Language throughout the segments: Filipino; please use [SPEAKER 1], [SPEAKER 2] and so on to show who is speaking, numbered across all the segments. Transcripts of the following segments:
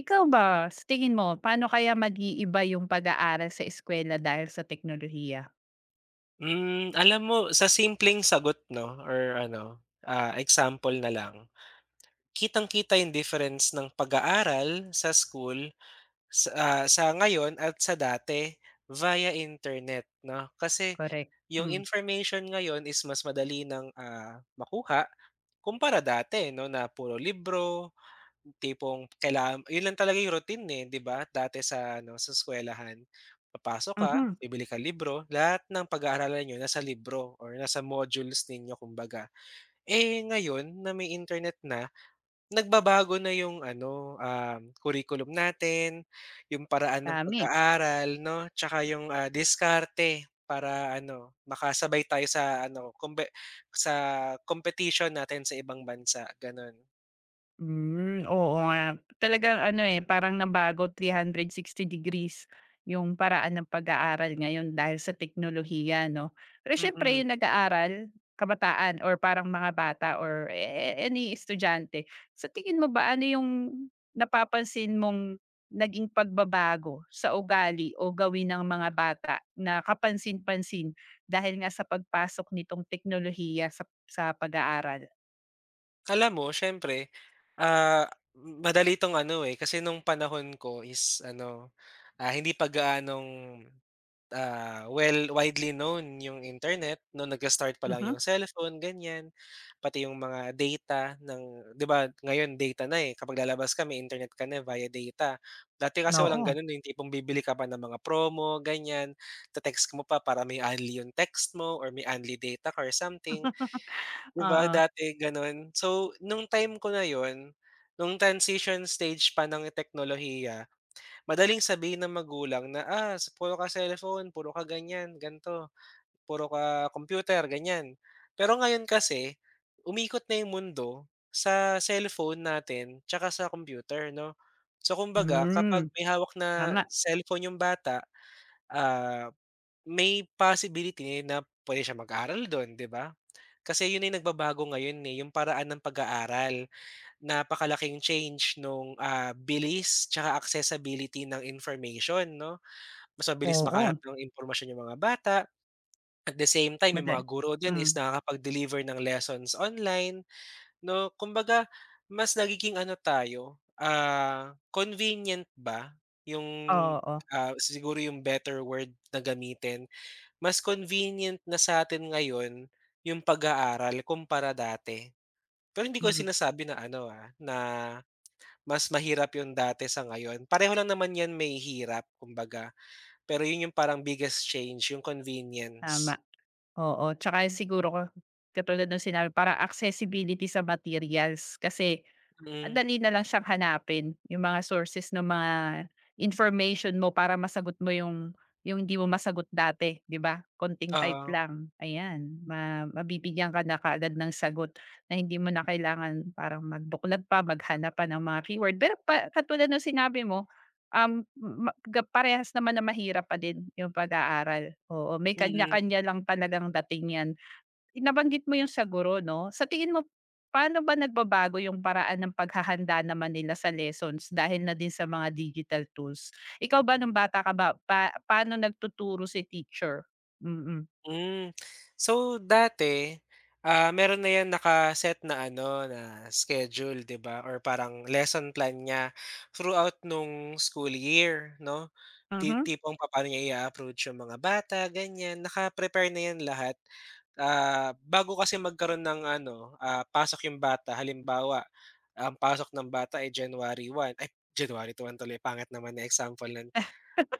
[SPEAKER 1] Ikaw ba, sa tingin mo, paano kaya mag-iiba yung pag-aaral sa eskuwela dahil sa teknolohiya?
[SPEAKER 2] Hmm, alam mo sa simpleng sagot 'no or ano, example na lang, kitang-kita yung difference ng pag-aaral sa school sa ngayon at sa dati via internet 'no. Kasi
[SPEAKER 1] Correct.
[SPEAKER 2] yung
[SPEAKER 1] Hmm,
[SPEAKER 2] information ngayon is mas madali ng, makuha kumpara dati 'no na puro libro. Tipong kailangan yun lang talaga yung routine, eh, 'di ba? Dati sa ano, sa eskuwelahan, papasok ka,
[SPEAKER 1] mhm,
[SPEAKER 2] bibili ka libro, lahat ng pag-aaralan niyo nasa libro or nasa modules ninyo kumbaga. Eh, ngayon na may internet na, nagbabago na yung ano, curriculum natin, yung paraan ng
[SPEAKER 1] dami.
[SPEAKER 2] pag-aaral 'no, tsaka yung, diskarte para ano, makasabay tayo sa ano, sa competition natin sa ibang bansa, gano'n.
[SPEAKER 1] Hmm, oo nga. Talagang ano, eh, parang nabago 360 degrees yung paraan ng pag-aaral ngayon dahil sa teknolohiya 'no. Pero syempre
[SPEAKER 2] Mm.
[SPEAKER 1] yung nag-aaral, kabataan or parang mga bata or any estudyante, sa tingin mo ba ano yung napapansin mong naging pagbabago sa ugali o gawin ng mga bata na kapansin-pansin dahil nga sa pagpasok nitong teknolohiya sa pag- aaral?
[SPEAKER 2] Alam mo siyempre, madali 'tong ano, eh, kasi nung panahon ko is ano, hindi pa gaanong, well widely known yung internet no nag-start pa lang
[SPEAKER 1] Mhm,
[SPEAKER 2] yung cellphone ganyan, pati yung mga data ng 'di ba ngayon data na, eh, kapag lalabas ka may internet ka na eh, via data. Dati kasi walang
[SPEAKER 1] oo.
[SPEAKER 2] gano'n, eh, yung tipong bibili ka pa ng mga promo ganyan, te-text mo pa para may unli yung text mo or may unli data ka or something. 'Di ba
[SPEAKER 1] Oo.
[SPEAKER 2] dati gano'n. So, nung time ko na yon nung transition stage pa ng teknolohiya, madaling sabihin ng magulang na, "Ah, puro ka cellphone, puro ka ganyan ganto puro ka computer," ganyan. Pero ngayon kasi, umikot na 'yung mundo sa cellphone natin tsaka sa computer 'no. So, kumbaga
[SPEAKER 1] Hmm,
[SPEAKER 2] kapag may hawak na
[SPEAKER 1] tama.
[SPEAKER 2] cellphone 'yung bata, ah, may possibility na puwede siya mag-aral do'n, 'di ba? Kasi yun na nagbabago ngayon, eh, yung paraan ng pag-aaral. Napakalaking change nung, bilis tsaka accessibility ng information 'no. Mas mabilis
[SPEAKER 1] Oo,
[SPEAKER 2] makahanap ng impormasyon yung mga bata, at the same time yung
[SPEAKER 1] madal
[SPEAKER 2] mga guro din is
[SPEAKER 1] hmm,
[SPEAKER 2] nakakapag-deliver ng lessons online 'no. Kumbaga mas nagiging ano tayo, convenient ba yung,
[SPEAKER 1] oo,
[SPEAKER 2] siguro yung better word na gamitin. Mas convenient na sa atin ngayon yung pag-aaral kumpara dati. Pero hindi ko
[SPEAKER 1] hmm,
[SPEAKER 2] sinasabi na ano, na mas mahirap yung dati sa ngayon. Pareho lang naman 'yan may hirap kumbaga, pero 'yun yung parang biggest change, yung convenience.
[SPEAKER 1] tama. Oo, 'tsaka siguro ko katulad ng sinabi parang accessibility sa materials kasi
[SPEAKER 2] Mm,
[SPEAKER 1] madali na lang siyang hanapin, yung mga sources ng mga information mo para masagot mo yung hindi mo masagot dati, 'di ba? Konting type
[SPEAKER 2] oo,
[SPEAKER 1] lang, ayan, mabibigyan ka na kaagad ng sagot na hindi mo na kailangan parang magbuklat pa, maghanap pa ng mga keyword. Pero pa katulad ng sinabi mo, ma ga parehas naman na mahirap pa din yung pag-aaral, oo. May
[SPEAKER 2] mm,
[SPEAKER 1] kanya-kanya lang talagang dating 'yan. Nabanggit mo yung sa guro 'no. Sa tingin mo, paano ba nagbabago yung paraan ng paghahanda naman nila sa lessons dahil na din sa mga digital tools? Ikaw ba nung bata ka ba, paano nagtuturo si teacher? Mm,
[SPEAKER 2] hmm. So dati, meron na 'yan nakaset na ano, na schedule 'di ba or parang lesson plan niya throughout nung school year 'no. Ti
[SPEAKER 1] mhm,
[SPEAKER 2] tipong papaano niya i approach yung mga bata, ganiyan, naka-prepare na 'yan lahat. Bago kasi magkaroon ng ano, pasok yung bata halimbawa, ang pasok ng bata ay January one. Ay January 1 tuloy pangit naman ng example nun.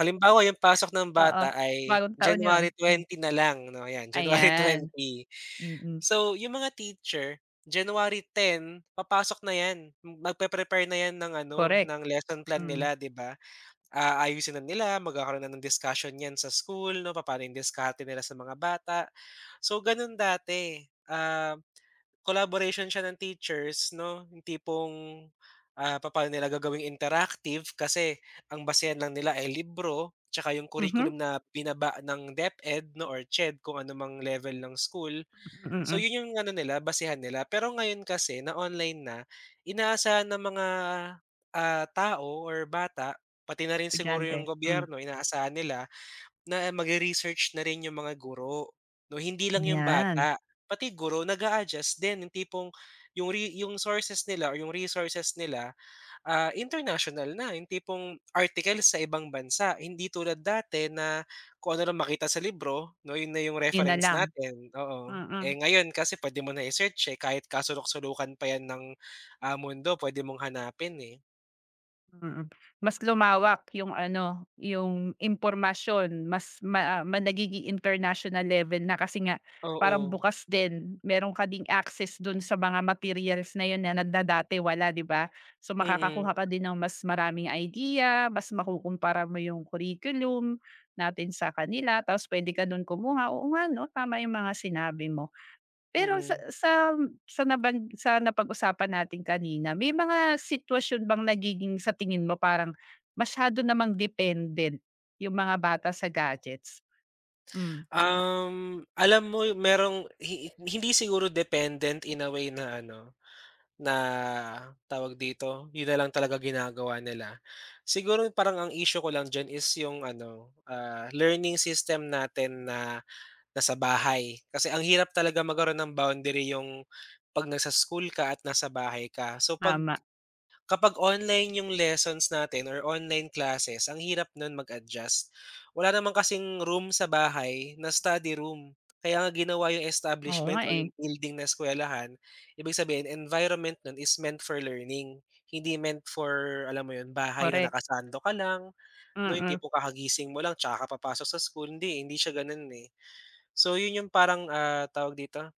[SPEAKER 2] Halimbawa yung pasok ng
[SPEAKER 1] oo.
[SPEAKER 2] bata ay
[SPEAKER 1] Bagong taon yun.
[SPEAKER 2] January
[SPEAKER 1] Hmm,
[SPEAKER 2] twenty na lang 'no, ayan January
[SPEAKER 1] ayan,
[SPEAKER 2] twenty.
[SPEAKER 1] mm,
[SPEAKER 2] So yung mga teacher, January 10, papasok na 'yan, magpe-prepare na 'yan ng ano,
[SPEAKER 1] correct.
[SPEAKER 2] ng lesson plan
[SPEAKER 1] Hmm,
[SPEAKER 2] nila 'di ba? Ayusin na nila, magkakaroon na ng discussion 'yan sa school 'no, papaano yung diskarte nila sa mga bata. So gano'n dati, ah, collaboration siya ng teachers 'no, yung tipong, papaano nila gagawing interactive kasi ang basehan lang nila ay libro, 'tsaka yung
[SPEAKER 1] mhm,
[SPEAKER 2] curriculum na binaba ng DepEd 'no or CHED kung ano mang level ng school. So
[SPEAKER 1] mm,
[SPEAKER 2] yun yung ano nila, basehan nila. Pero ngayon kasi na online na, inaasahan ng mga, tao or bata, pati na rin siguro yung
[SPEAKER 1] estudyante. Hmm,
[SPEAKER 2] gobyerno, inaasahan nila na magre-research na rin yung mga guro 'no. Hindi lang yung
[SPEAKER 1] 'yan.
[SPEAKER 2] bata, pati guro nag adjust din yung tipong yung sources nila or yung resources nila. International na, yung tipong articles sa ibang bansa. Hindi tulad dati na kung ano lang makita sa libro 'no, yun na yung
[SPEAKER 1] Yun na
[SPEAKER 2] reference
[SPEAKER 1] lang,
[SPEAKER 2] natin, oo.
[SPEAKER 1] mm.
[SPEAKER 2] Eh, ngayon kasi pwede mo na i-search, eh, kahit kasulok-sulukan pa yan ng, mundo pwede mong hanapin, eh.
[SPEAKER 1] Mm, mas lumawak yung ano, yung impormasyon mas ma ah, ma nagiging international level na kasi nga parang
[SPEAKER 2] Oo,
[SPEAKER 1] bukas din, meron ka ding access dun sa mga materials na yun na na wala, 'di ba? So,
[SPEAKER 2] mm,
[SPEAKER 1] makakakuha ka din ng mas maraming idea, mas makukumpara mo yung curriculum natin sa kanila tapos puwede ka dun kumuha. Oo nga 'no, tama yung mga sinabi mo. Pero
[SPEAKER 2] mm.
[SPEAKER 1] sa napag-usapan natin kanina, may mga sitwasyon bang nagiging sa tingin mo parang masyado namang dependent yung mga bata sa gadgets? Hmm,
[SPEAKER 2] Alam mo merong hindi siguro dependent in a way na ano. Na, tawag dito, yun na lang talaga ginagawa nila. Siguro parang ang issue ko lang diyan is yung ano, learning system natin na nasa bahay. Kasi ang hirap talaga magkaroon ng boundary yung 'pag nasa school ka at nasa bahay ka. So 'pag
[SPEAKER 1] tama.
[SPEAKER 2] Kapag online yung lessons natin or online classes, ang hirap nun mag-adjust. Wala naman kasing room sa bahay na study room. Kaya nga ginawa yung
[SPEAKER 1] Oo nga,
[SPEAKER 2] establishment or
[SPEAKER 1] eh,
[SPEAKER 2] yung building na eskuwelahan, ibig sabihin environment nun is meant for learning. Hindi meant for, alam mo yun, bahay na
[SPEAKER 1] korek.
[SPEAKER 2] nakasando ka lang, 'no, yung
[SPEAKER 1] Mm,
[SPEAKER 2] tipong kakagising mo lang tsaka ka papasok sa school, hindi siya ganun, eh. So yun yung parang, tawag dito,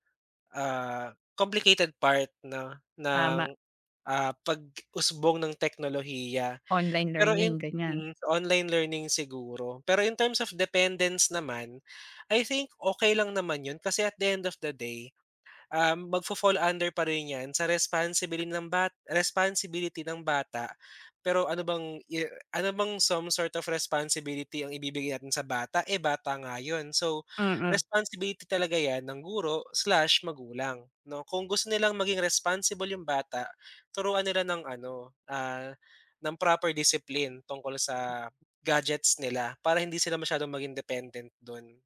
[SPEAKER 2] complicated part na
[SPEAKER 1] tama.
[SPEAKER 2] ng pag-usbong ng teknolohiya.
[SPEAKER 1] Online
[SPEAKER 2] Pero
[SPEAKER 1] learning, ganyan.
[SPEAKER 2] sa online learning siguro. Pero in terms of dependence naman, I think okay lang naman 'yun kasi at the end of the day, magfo-fall under pa rin 'yan sa responsibility ng bata. Pero ano bang some sort of responsibility ang ibibigay natin sa bata, eh, bata nga 'yun. So,
[SPEAKER 1] Mm.
[SPEAKER 2] responsibility talaga 'yan ng guro slash magulang 'no. Kung gusto nilang maging responsible yung bata, turuan nila ng ano, ng proper discipline tungkol sa gadgets nila para hindi sila masyadong maging dependent dun.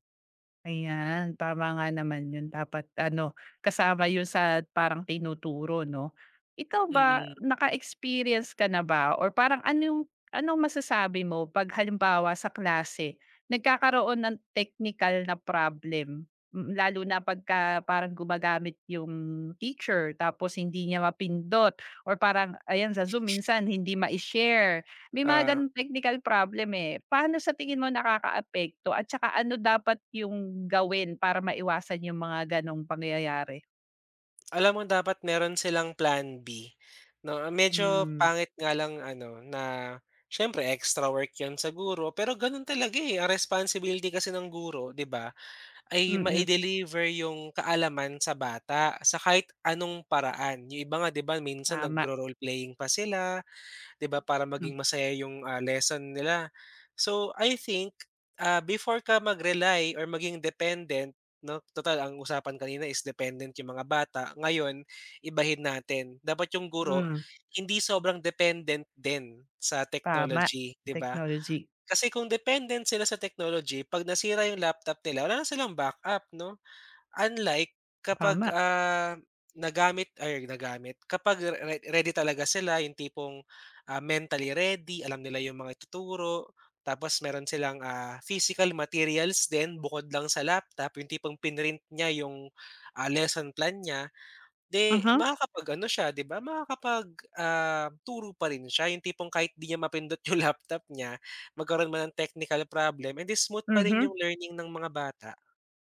[SPEAKER 1] Ayan, tama nga naman yun dapat ano, kasama yun sa parang tinuturo 'no. Ikaw ba,
[SPEAKER 2] Mm,
[SPEAKER 1] naka-experience ka na ba or parang ano anong masasabi mo 'pag halimbawa sa klase nagkakaroon ng technical na problem? Mm, lalo na pagka parang gumagamit yung teacher tapos hindi niya mapindot or parang ayan sa Zoom minsan hindi ma share may mga
[SPEAKER 2] oo.
[SPEAKER 1] gano'ng technical problem, eh. Paano sa tingin mo nakakaapekto at saka ano dapat yung gawin para maiwasan yung mga gano'ng pangyayari?
[SPEAKER 2] Alam mo dapat meron silang plan B 'no, medyo
[SPEAKER 1] Hmm,
[SPEAKER 2] pangit nga lang ano na siyempre extra work yon sa guro, pero gano'n talaga, eh, ang responsibility kasi ng guro 'di ba, ay
[SPEAKER 1] mm,
[SPEAKER 2] mai-deliver yung kaalaman sa bata sa kahit anong paraan. Yung iba nga 'di ba minsan
[SPEAKER 1] tama,
[SPEAKER 2] nagro-role playing pa sila, 'di ba, para maging masaya yung, lesson nila. So, I think, before ka mag-rely or maging dependent 'no, total ang usapan kanina is dependent yung mga bata, ngayon ibahin natin. Dapat yung guro
[SPEAKER 1] mm,
[SPEAKER 2] hindi sobrang dependent din sa
[SPEAKER 1] tama,
[SPEAKER 2] technology, 'di ba?
[SPEAKER 1] technology,
[SPEAKER 2] Kasi kung dependent sila sa technology 'pag nasira yung laptop nila wala na silang backup 'no? Unlike kapag,
[SPEAKER 1] tama.
[SPEAKER 2] nagamit ay nagamit, kapag ready talaga sila yung tipong, mentally ready, alam nila yung mga ituturo, tapos meron silang, physical materials din bukod lang sa laptop, yung tipong prinint niya yung, lesson plan niya, 'di
[SPEAKER 1] Uh-huh,
[SPEAKER 2] makakapag-ano siya 'di ba, makakapag, turo pa rin siya yung tipong kahit 'di niya mapindot yung laptop niya, magkaroon man ng technical problem, eh, di smooth pa rin yung
[SPEAKER 1] mhm.
[SPEAKER 2] learning ng mga bata.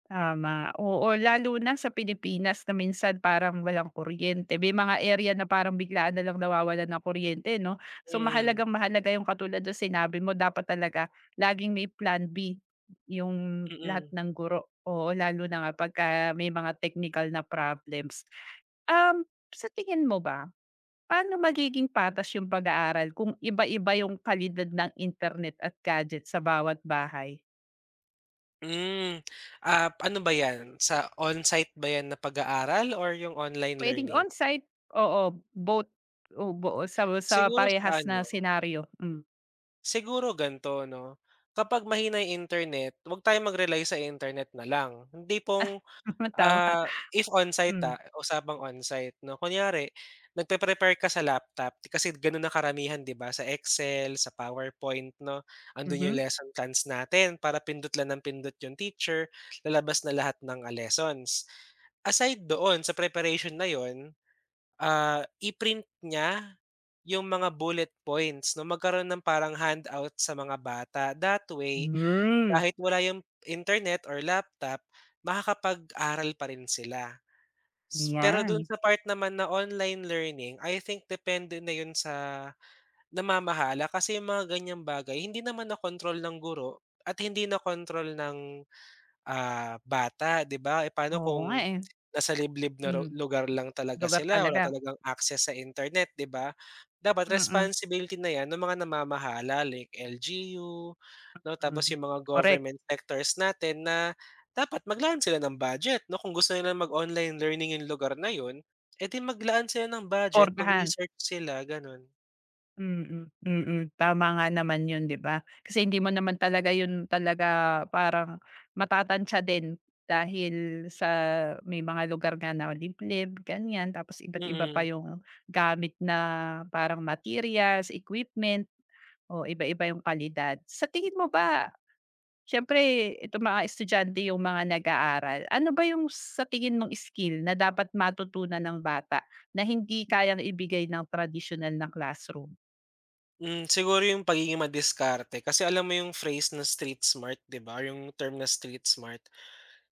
[SPEAKER 1] Tama, oo, lalo na sa Pilipinas na minsan parang walang kuryente. May mga area na parang biglaan na lang nawawalan ng kuryente 'no. So,
[SPEAKER 2] Mm,
[SPEAKER 1] mahalagang-mahalaga yung katulad ng sinabi mo dapat talaga laging may plan B yung lahat
[SPEAKER 2] mm.
[SPEAKER 1] ng guro. Oo, lalo na nga pagka may mga technical na problems. Um, sa tingin mo ba, paano magiging patas yung pag-aaral kung iba-iba yung kalidad ng internet at gadget sa bawat bahay?
[SPEAKER 2] Hmm, ano ba 'yan, sa on-site ba 'yan na pag-aaral or yung online
[SPEAKER 1] Puwedeng
[SPEAKER 2] learning?
[SPEAKER 1] on-site, oo, both o sa
[SPEAKER 2] Siguro sa
[SPEAKER 1] parehas na
[SPEAKER 2] ano,
[SPEAKER 1] senaryo, hmm,
[SPEAKER 2] siguro gan'to 'no, kapag mahina yung internet, 'wag tayong mag-rely sa internet na lang. Hindi pong,
[SPEAKER 1] tama,
[SPEAKER 2] if on-site,
[SPEAKER 1] hmm,
[SPEAKER 2] usapang on-site 'no, kunyari nagpe-prepare ka sa laptop kasi gano'n na karamihan 'di ba, sa Excel, sa PowerPoint 'no, andun yung
[SPEAKER 1] mhm.
[SPEAKER 2] lesson plans natin para pindot lang ng pindot yung teacher, lalabas na lahat ng, lessons. Aside doon sa preparation na yun, i-print niya yung mga bullet points 'no, magkaroon ng parang handout sa mga bata. That way,
[SPEAKER 1] Hmm,
[SPEAKER 2] kahit wala yung internet or laptop, makakapag-aral pa rin sila. Pero dun
[SPEAKER 1] 'yan,
[SPEAKER 2] sa part naman na online learning, I think depende na yun sa namamahala kasi yung mga ganyang bagay hindi naman na control ng guro at hindi na control ng bata, 'di ba? E paano
[SPEAKER 1] oo nga,
[SPEAKER 2] kung
[SPEAKER 1] eh,
[SPEAKER 2] nasa liblib na
[SPEAKER 1] hmm,
[SPEAKER 2] lugar lang talaga
[SPEAKER 1] lugar
[SPEAKER 2] sila, wala
[SPEAKER 1] talaga,
[SPEAKER 2] talagang access sa internet, 'di ba? Dapat
[SPEAKER 1] mm,
[SPEAKER 2] responsibility na 'yan ng mga namamahala like LGU 'no, tapos
[SPEAKER 1] hmm,
[SPEAKER 2] yung mga
[SPEAKER 1] korek,
[SPEAKER 2] government sectors natin na dapat maglaan sila ng budget 'no, kung gusto nila mag-online learning yung lugar na yun, eh, di maglaan sila ng budget,
[SPEAKER 1] pormahan.
[SPEAKER 2] mag-research sila, gano'n.
[SPEAKER 1] Mm, mm. Tama nga naman yun, 'di ba? Kasi hindi mo naman talaga yun talaga parang matatantya din dahil sa may mga lugar nga na liblib, ganyan. Tapos iba't iba pa
[SPEAKER 2] Mm.
[SPEAKER 1] yung gamit na parang materials, equipment, o iba-iba yung kalidad. Sa tingin mo ba, siyempre ito mga estudyante yung mga nag-aaral, ano ba yung sa tingin mong skill na dapat matutunan ng bata na hindi kayang ibigay ng traditional na classroom?
[SPEAKER 2] Hmm, siguro yung pagiging madiskarte kasi alam mo yung phrase na street smart, 'di ba, or yung term na street smart.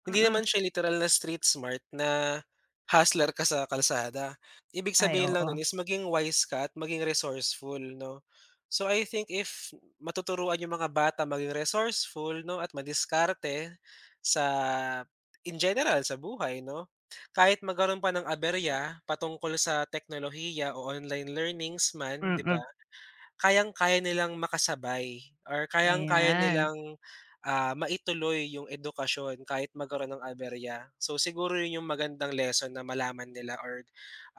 [SPEAKER 2] Hindi
[SPEAKER 1] Mm.
[SPEAKER 2] naman siya literal na street smart na hustler ka sa kalsada. Ibig
[SPEAKER 1] Ay
[SPEAKER 2] sabihin lang
[SPEAKER 1] oo,
[SPEAKER 2] nun is maging wise ka at maging resourceful 'no. So, I think if matuturuan yung mga bata maging resourceful 'no at madiskarte sa in general sa buhay 'no, kahit magkaroon pa ng aberya patungkol sa teknolohiya o online learnings man, 'di ba?
[SPEAKER 1] mm,
[SPEAKER 2] Kayang-kaya nilang makasabay or kayang-kaya
[SPEAKER 1] ayan.
[SPEAKER 2] nilang, maituloy yung edukasyon kahit magkaroon ng aberya. So, siguro yun yung magandang lesson na malaman nila or,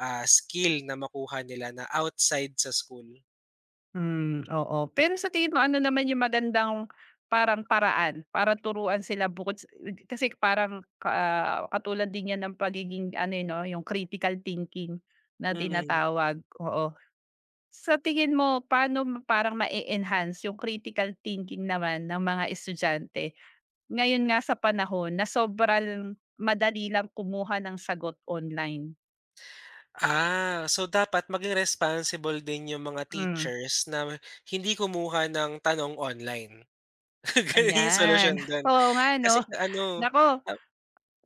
[SPEAKER 2] skill na makuha nila na outside sa school.
[SPEAKER 1] Hmm, oo. Pero sa tingin mo ano naman yung magandang parang paraan para turuan sila bukod sa kasi parang, ah, katulad din yan ng pagiging ano, eh, 'no, yung critical thinking na
[SPEAKER 2] Mm.
[SPEAKER 1] tinatawag, oo. Sa tingin mo paano parang enhance yung critical thinking naman ng mga estudyante ngayon nga sa panahon na sobrang madali lang kumuha ng sagot online?
[SPEAKER 2] So dapat maging responsible din yung mga
[SPEAKER 1] Hmm,
[SPEAKER 2] teachers na hindi kumuha ng tanong online. Ganun yung
[SPEAKER 1] ayan.
[SPEAKER 2] solusyon dun.
[SPEAKER 1] Oo nga
[SPEAKER 2] Kasi
[SPEAKER 1] 'no?
[SPEAKER 2] ano,
[SPEAKER 1] Nako
[SPEAKER 2] ah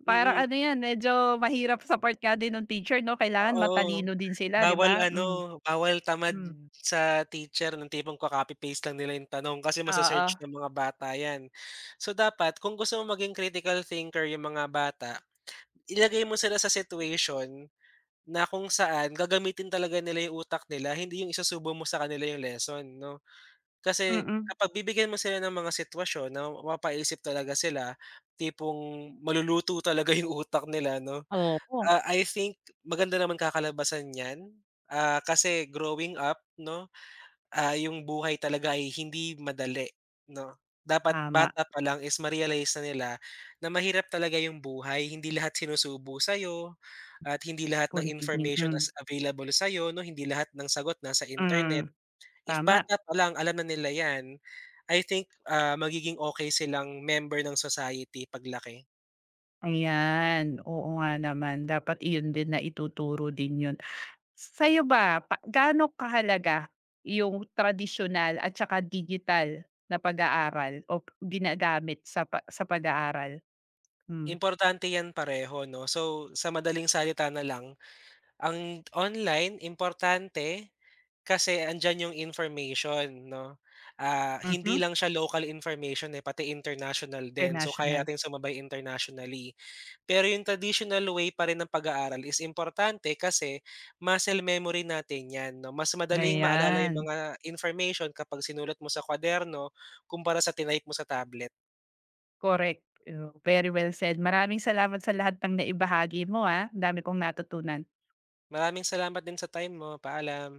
[SPEAKER 1] parang
[SPEAKER 2] mm,
[SPEAKER 1] ano
[SPEAKER 2] mm,
[SPEAKER 1] 'yan, medyo mahirap sa part nga din nung teacher 'no, kailangan
[SPEAKER 2] oo.
[SPEAKER 1] matalino din sila 'di
[SPEAKER 2] Bawal
[SPEAKER 1] ba? Hmm,
[SPEAKER 2] ano, bawal tamad
[SPEAKER 1] hmm,
[SPEAKER 2] sa teacher ng tipong ko-copy paste lang nila yung tanong kasi
[SPEAKER 1] oo,
[SPEAKER 2] mase-search ng mga bata yan. So, dapat kung gusto mo maging critical thinker yung mga bata, ilagay mo sila sa situation na kung saan gagamitin talaga nila yung utak nila, hindi yung isusubo mo sa kanila yung lesson 'no. Kasi
[SPEAKER 1] mm.
[SPEAKER 2] kapag bibigyan mo sila ng mga sitwasyon na mapapaisip talaga sila, tipong maluluto talaga yung utak nila 'no.
[SPEAKER 1] Opo,
[SPEAKER 2] I think maganda naman kakalabasan niyan, kasi growing up 'no, yung buhay talaga ay hindi madali 'no. Dapat
[SPEAKER 1] tama.
[SPEAKER 2] bata pa lang is ma-realize na nila na mahirap talaga yung buhay, hindi lahat sinusubo sa'yo at hindi lahat ng
[SPEAKER 1] Spoon feeding,
[SPEAKER 2] information
[SPEAKER 1] hmm,
[SPEAKER 2] as available sa'yo 'no, hindi lahat ng sagot nasa internet.
[SPEAKER 1] mm,
[SPEAKER 2] If
[SPEAKER 1] tama.
[SPEAKER 2] bata pa lang alam na nila 'yan, I think, magiging okay silang member ng society paglaki.
[SPEAKER 1] Ayan, oo nga naman dapat iyon din na ituturo din 'yun. Sa'yo ba, gaano kahalaga yung tradisyonal at saka digital na pag-aaral o ginagamit sa pa sa pag-aaral? Hmm,
[SPEAKER 2] Importante 'yan pareho 'no. So, sa madaling salita na lang, ang online importante kasi andiyan yung information 'no. Hindi
[SPEAKER 1] mhm,
[SPEAKER 2] lang siya local information, eh, pati international din. So, kaya
[SPEAKER 1] international,
[SPEAKER 2] natin sumabay internationally. Pero yung traditional way pa rin ng pag-aaral is importante kasi muscle memory natin 'yan 'no. Mas madaling maalala yung
[SPEAKER 1] ayan.
[SPEAKER 2] mga information kapag sinulat mo sa kuwaderno kumpara sa tinaype mo sa tablet.
[SPEAKER 1] Correct, oh, very well said. Maraming salamat sa lahat ng naibahagi mo, ah, ang dami kong natutunan.
[SPEAKER 2] Maraming salamat din sa time mo. Paalam.